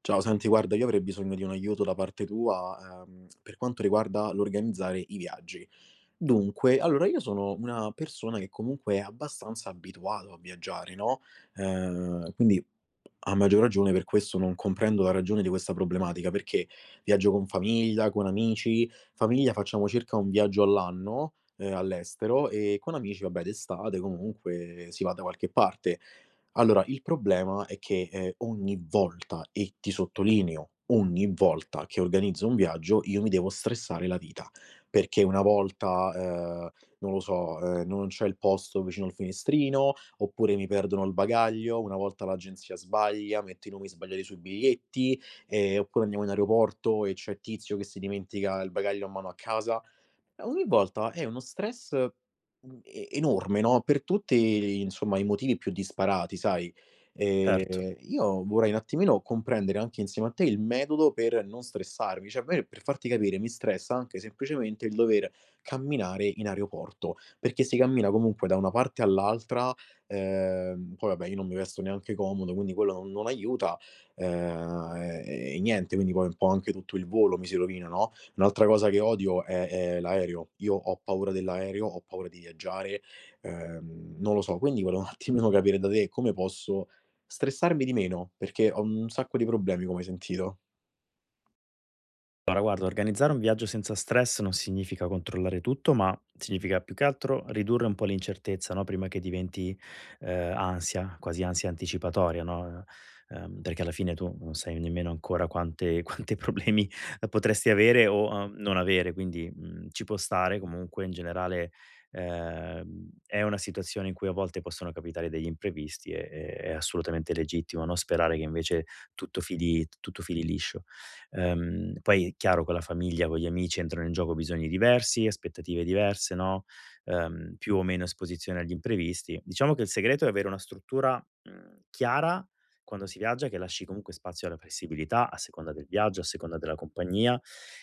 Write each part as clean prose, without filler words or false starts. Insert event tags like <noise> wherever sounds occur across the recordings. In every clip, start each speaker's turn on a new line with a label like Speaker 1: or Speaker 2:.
Speaker 1: Ciao, senti, guarda, io avrei bisogno di un aiuto da parte tua, per quanto riguarda l'organizzare i viaggi. Dunque, allora io sono una persona che comunque è abbastanza abituato a viaggiare, no? Quindi a maggior ragione per questo non comprendo la ragione di questa problematica, perché viaggio con famiglia, con amici, famiglia facciamo circa un viaggio all'anno, all'estero e con amici, vabbè, d'estate comunque si va da qualche parte. Allora, il problema è che, ogni volta e ti sottolineo, ogni volta che organizzo un viaggio io mi devo stressare la vita, perché una volta, non lo so, non c'è il posto vicino al finestrino, oppure mi perdono il bagaglio, una volta l'agenzia sbaglia, mette i nomi sbagliati sui biglietti, oppure andiamo in aeroporto e c'è tizio che si dimentica il bagaglio a mano a casa. Ogni volta è uno stress e enorme, no, per tutti, insomma, i motivi più disparati, sai.
Speaker 2: Certo.
Speaker 1: Io vorrei un attimino comprendere anche insieme a te il metodo per non stressarmi. Cioè, a me per farti capire, mi stressa anche semplicemente il dover camminare in aeroporto, perché si cammina comunque da una parte all'altra, poi vabbè io non mi vesto neanche comodo, quindi quello non aiuta, ehm, e niente, quindi poi un po' anche tutto il volo mi si rovina, no. Un'altra cosa che odio è l'aereo. Io ho paura dell'aereo, ho paura di viaggiare, non lo so, quindi volevo un attimino capire da te come posso stressarmi di meno, perché ho un sacco di problemi, come hai sentito.
Speaker 2: Allora guarda, organizzare un viaggio senza stress non significa controllare tutto, ma significa più che altro ridurre un po' l'incertezza, no, prima che diventi, ansia, quasi ansia anticipatoria, no, perché alla fine tu non sai nemmeno ancora quante <laughs> quante problemi potresti avere o, non avere, quindi, mhmm, ci può stare comunque in generale, è una situazione in cui a volte possono capitare degli imprevisti e è assolutamente legittimo, no, sperare che invece tutto fili liscio. Poi è chiaro con la famiglia, con gli amici entrano in gioco bisogni diversi, aspettative diverse, no, più o meno esposizione agli imprevisti. Diciamo che il segreto è avere una struttura, mhmm, chiara quando si viaggia, che lasci comunque spazio alla flessibilità a seconda del viaggio, a seconda della compagnia,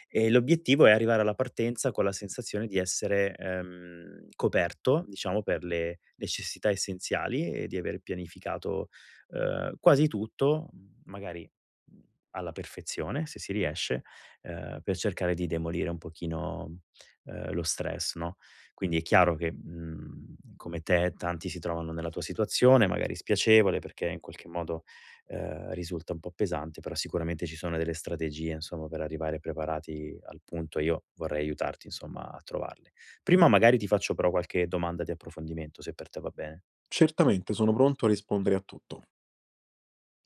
Speaker 2: e l'obiettivo è arrivare alla partenza con la sensazione di essere, coperto, diciamo, per le necessità essenziali e di aver pianificato, quasi tutto, magari mhmm, alla perfezione, se si riesce, per cercare di demolire un pochino, lo stress, no, quindi è chiaro che, mhmm, come te tanti si trovano nella tua situazione, magari spiacevole, perché in qualche modo, risulta un po' pesante, però sicuramente ci sono delle strategie, insomma, per arrivare preparati al punto e io vorrei aiutarti, insomma, a trovarle. Prima magari ti faccio però qualche domanda di approfondimento, se per te va bene.
Speaker 1: Certamente, sono pronto a rispondere a tutto.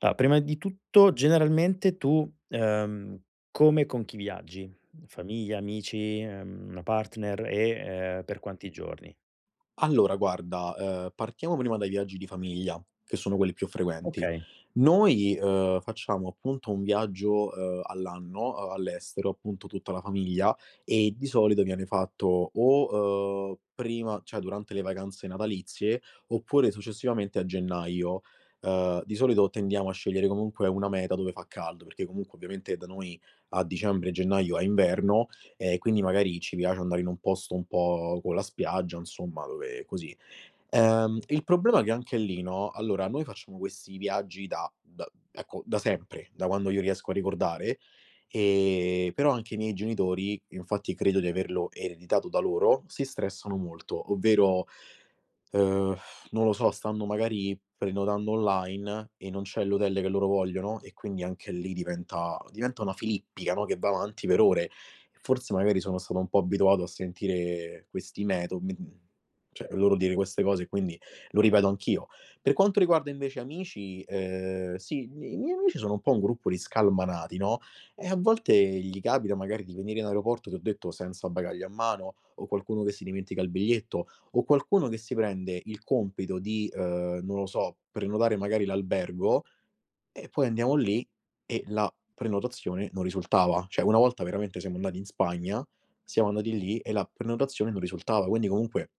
Speaker 2: Allora, prima di tutto, generalmente tu, come e con chi viaggi? Famiglia, amici, una partner e, per quanti giorni?
Speaker 1: Allora guarda, partiamo prima dai viaggi di famiglia, che sono quelli più frequenti.
Speaker 2: Okay,
Speaker 1: Noi, facciamo appunto un viaggio, all'anno, a all'estero, appunto tutta la famiglia, e di solito viene fatto o, prima cioè durante le vacanze natalizie, oppure successivamente a gennaio. Di solito tendiamo a scegliere comunque una meta dove fa caldo, perché comunque ovviamente da noi a dicembre e gennaio è inverno. Quindi magari ci piace andare in un posto un po' con la spiaggia, insomma, dove così. Il problema è che anche lì, no, allora noi facciamo questi viaggi da ecco, da sempre, da quando io riesco a ricordare, però anche i miei genitori, infatti credo di averlo ereditato da loro, si stressano molto, ovvero, uhm, non lo so, stanno magari prenotando online e non c'è l'hotel che loro vogliono e quindi anche lì diventa una filippica, no, che va avanti per ore. Forse magari sono stato un po' abituato a sentire questi cioè loro dire queste cose e quindi lo ripeto anch'io. Per quanto riguarda invece amici, sì, i miei amici sono un po' un gruppo di scalmanati, no, e a volte gli capita magari di venire in aeroporto, ti ho detto, senza bagaglio a mano, o qualcuno che si dimentica il biglietto, o qualcuno che si prende il compito di, non lo so, prenotare magari l'albergo e poi andiamo lì e la prenotazione non risultava. Cioè, una volta veramente siamo andati in Spagna, siamo andati lì e la prenotazione non risultava, quindi comunque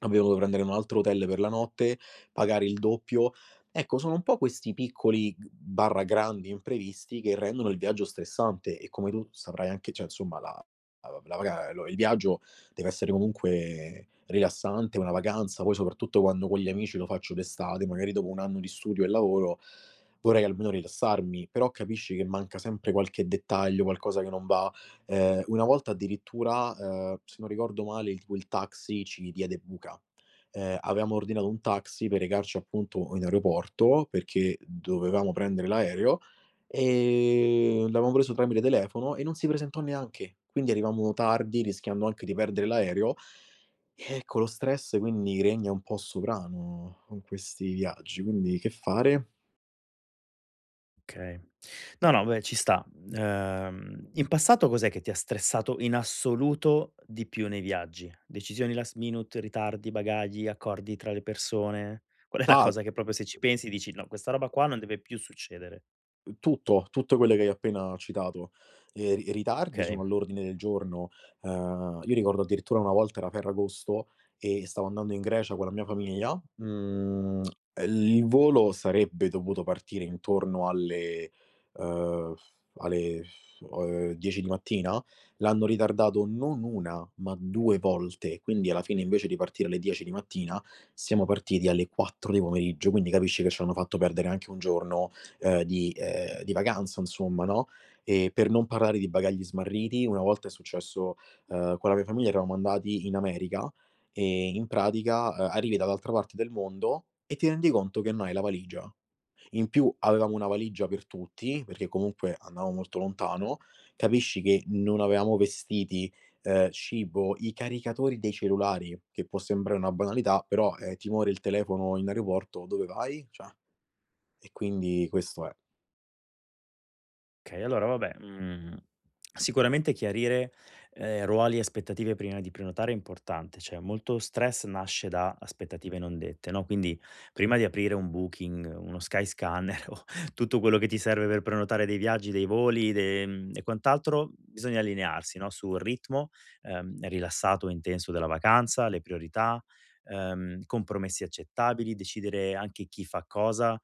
Speaker 1: abbiamo dovuto prendere un altro hotel per la notte, pagare il doppio. Ecco, sono un po' questi piccoli g barra grandi imprevisti che rendono il viaggio stressante e come tu saprai anche cioè insomma la la la vaga lo il viaggio deve essere comunque rilassante, una vacanza, poi soprattutto quando con gli amici lo faccio d'estate, magari dopo un anno di studio e lavoro vorrei almeno rilassarmi, però capisci che manca sempre qualche dettaglio, qualcosa che non va. Una volta addirittura, se non ricordo male, il tipo il taxi ci diede buca. Avevamo ordinato un taxi per recarci appunto in aeroporto, perché dovevamo prendere l'aereo, l'avevamo preso tramite telefono e non si presentò neanche. Quindi arrivammo tardi, rischiando anche di perdere l'aereo. Ecco, lo stress quindi regna un po' sovrano con questi viaggi, quindi che fare?
Speaker 2: okay. No, no, beh, ci sta. In passato cos'è che ti ha stressato in assoluto di più nei viaggi? Decisioni last minute, ritardi, bagagli, accordi tra le persone? Qual è la
Speaker 1: Ah,
Speaker 2: cosa che proprio se ci pensi dici: "No, questa roba qua non deve più succedere"?
Speaker 1: tutto, tutte quelle che hai appena citato. Ri ritardi
Speaker 2: Okay.
Speaker 1: sono all'ordine del giorno. Io ricordo addirittura una volta era Ferragosto e stavo andando in Grecia con la mia famiglia, il volo sarebbe dovuto partire intorno uhm, alle 10 di mattina, l'hanno ritardato non 1 ma 2 volte, quindi alla fine invece di partire alle 10 di mattina siamo partiti alle 4 di pomeriggio, quindi capisci che ci hanno fatto perdere anche un giorno di vacanza insomma, no, e per non parlare di bagagli smarriti, una volta è successo, con la mia famiglia eravamo andati in America e in pratica, arrivi dall'altra parte del mondo e ti rendi conto che non hai la valigia. In più avevamo una valigia per tutti, perché comunque andavamo molto lontano, capisci che non avevamo vestiti, cibo, i caricatori dei cellulari, che può sembrare una banalità, però, ti muore il telefono in aeroporto, dove vai? Cioè, e quindi questo è.
Speaker 2: Okay, allora vabbè, mhmm, sicuramente chiarire, ruoli e aspettative prima di prenotare è importante, cioè molto stress nasce da aspettative non dette, no, quindi prima di aprire un Booking, uno Skyscanner <laughs> o tutto quello che ti serve per prenotare dei viaggi, dei voli, e quant'altro, bisogna allinearsi, no, sul ritmo, rilassato o intenso della vacanza, le priorità, compromessi accettabili, decidere anche chi fa cosa,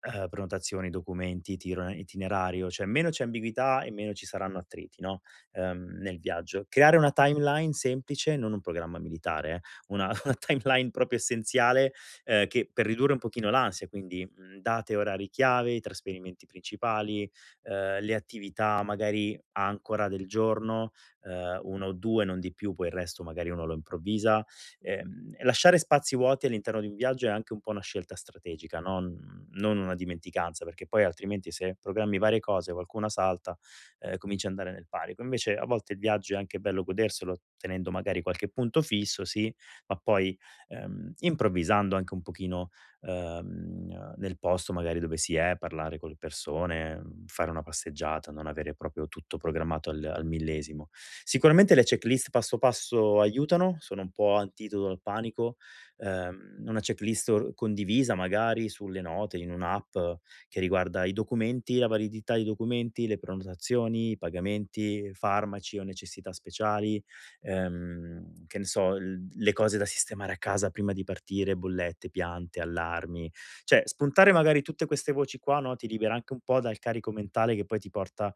Speaker 2: prenotazioni, documenti, itiro itinerario, cioè meno c'è ambiguità e meno ci saranno attriti, no, nel viaggio. Creare una timeline semplice, non un programma militare una <laughs> una timeline proprio essenziale, che per ridurre un pochino l'ansia, quindi, mhmm, date e orari chiave, i trasferimenti principali, le attività magari ancora del giorno, 1 o 2 non di più, poi il resto magari uno lo improvvisa. Lasciare spazi vuoti all'interno di un viaggio è anche un po' una scelta strategica, non una dimenticanza, perché poi altrimenti se programmi varie cose, qualcuna salta, cominci a andare nel panico. Invece a volte il viaggio è anche bello goderselo tenendo magari qualche punto fisso, sì, ma poi, improvvisando anche un pochino nel posto magari dove si è, parlare con le persone, mhmm, fare una passeggiata, non avere proprio tutto programmato al millesimo. Sicuramente le checklist passo passo aiutano, sono un po' antidoto al panico, una checklist or condivisa magari sulle note in un'app che riguarda i documenti, la validità dei documenti, le prenotazioni, i pagamenti, farmaci o necessità speciali che ne so, l le cose da sistemare a casa prima di partire, bollette, piante, allarmi. Cioè, spuntare magari tutte queste voci qua, no, ti libera anche un po' dal carico mentale che poi ti porta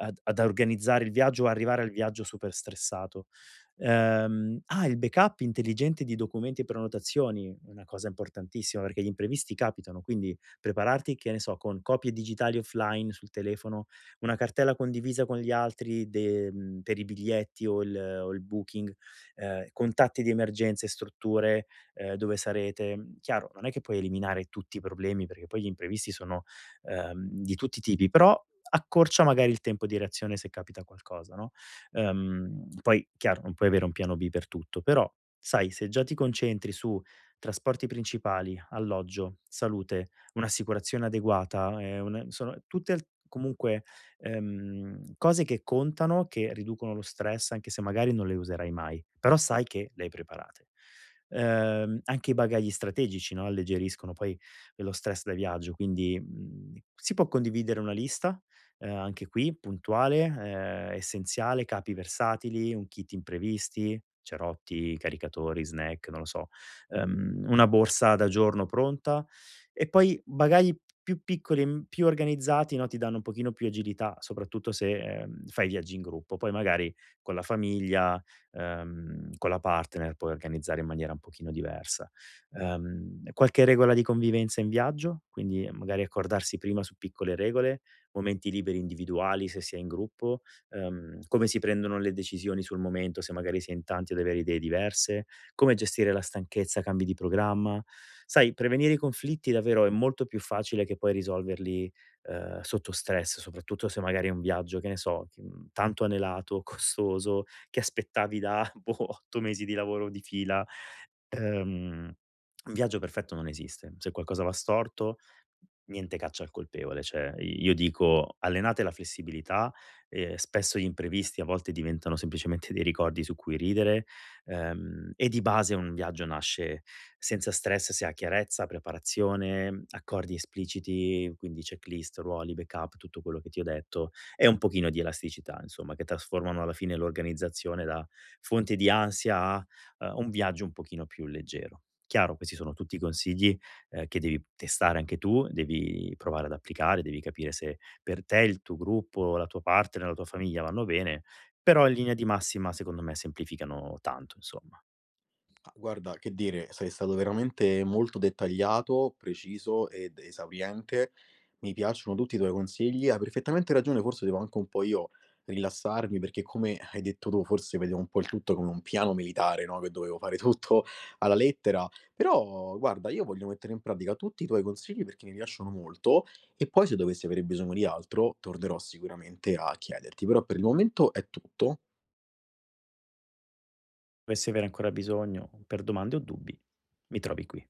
Speaker 2: ad organizzare il viaggio o arrivare al viaggio super stressato. Il backup intelligente di documenti e prenotazioni, una cosa importantissima perché gli imprevisti capitano, quindi prepararti, che ne so, con copie digitali offline sul telefono una cartella condivisa con gli altri per i biglietti o il booking, contatti di emergenza e strutture, dove sarete. Mhmm, chiaro, non è che puoi eliminare tutti i problemi, perché poi gli imprevisti sono, di tutti i tipi, però accorcia magari il tempo di reazione se capita qualcosa, no, poi chiaro, non puoi avere un piano B per tutto, però sai, se già ti concentri su trasporti principali, alloggio, salute, un'assicurazione adeguata, un sono tutte al comunque cose che contano, che riducono lo stress, anche se magari non le userai mai, però sai che le hai preparate. Anche i bagagli strategici, no, alleggeriscono poi lo stress da viaggio, quindi, mhmm, si può condividere una lista, anche qui puntuale, essenziale, capi versatili, un kit imprevisti, cerotti, caricatori, snack, non lo so, una borsa da giorno pronta, e poi bagagli più piccoli e m più organizzati, no, ti danno un pochino più agilità, soprattutto se, fai viaggi in gruppo. Poi magari con la famiglia, con la partner puoi organizzare in maniera un pochino diversa. Qualche regola di convivenza in viaggio? Quindi magari accordarsi prima su piccole regole, momenti liberi individuali se si è in gruppo, come si prendono le decisioni sul momento, se magari si è in tanti ad avere idee diverse come gestire la stanchezza, cambi di programma. Sai, prevenire i conflitti davvero è molto più facile che poi risolverli, sotto stress, soprattutto se magari è un viaggio, che ne so, che, mhmm, tanto anelato, <laughs> costoso, che aspettavi da, <laughs> boh, 8 mesi di lavoro di fila. Ehm, un viaggio perfetto non esiste. Se qualcosa va storto niente caccia al colpevole, cioè i io dico: allenate la flessibilità, spesso gli imprevisti a volte diventano semplicemente dei ricordi su cui ridere, e di base un viaggio nasce senza stress se ha chiarezza, preparazione, accordi espliciti, quindi checklist, ruoli, backup, tutto quello che ti ho detto, e un pochino di elasticità insomma, che trasformano alla fine l'organizzazione da fonte di ansia a, un viaggio un pochino più leggero. Chiaro, questi sono tutti i consigli che devi testare anche tu, devi provare ad applicare, devi capire se per te, il tuo gruppo, la tua partner, la tua famiglia vanno bene, però in linea di massima secondo me semplificano tanto insomma.
Speaker 1: Ah, guarda, che dire, sei stato veramente molto dettagliato, preciso ed esauriente. Mi piacciono tutti i tuoi consigli. Hai perfettamente ragione, forse devo anche un po' io rilassarmi, perché come hai detto tu, forse vedevo un po' il tutto come un piano militare, no? Che dovevo fare <laughs> tutto alla lettera. Però, guarda, io voglio mettere in pratica tutti i tuoi consigli perché mi piacciono molto e poi se dovessi avere bisogno di altro, tornerò sicuramente a chiederti. Però per il momento è tutto.
Speaker 2: Se dovessi avere ancora bisogno per domande o dubbi, mi trovi qui.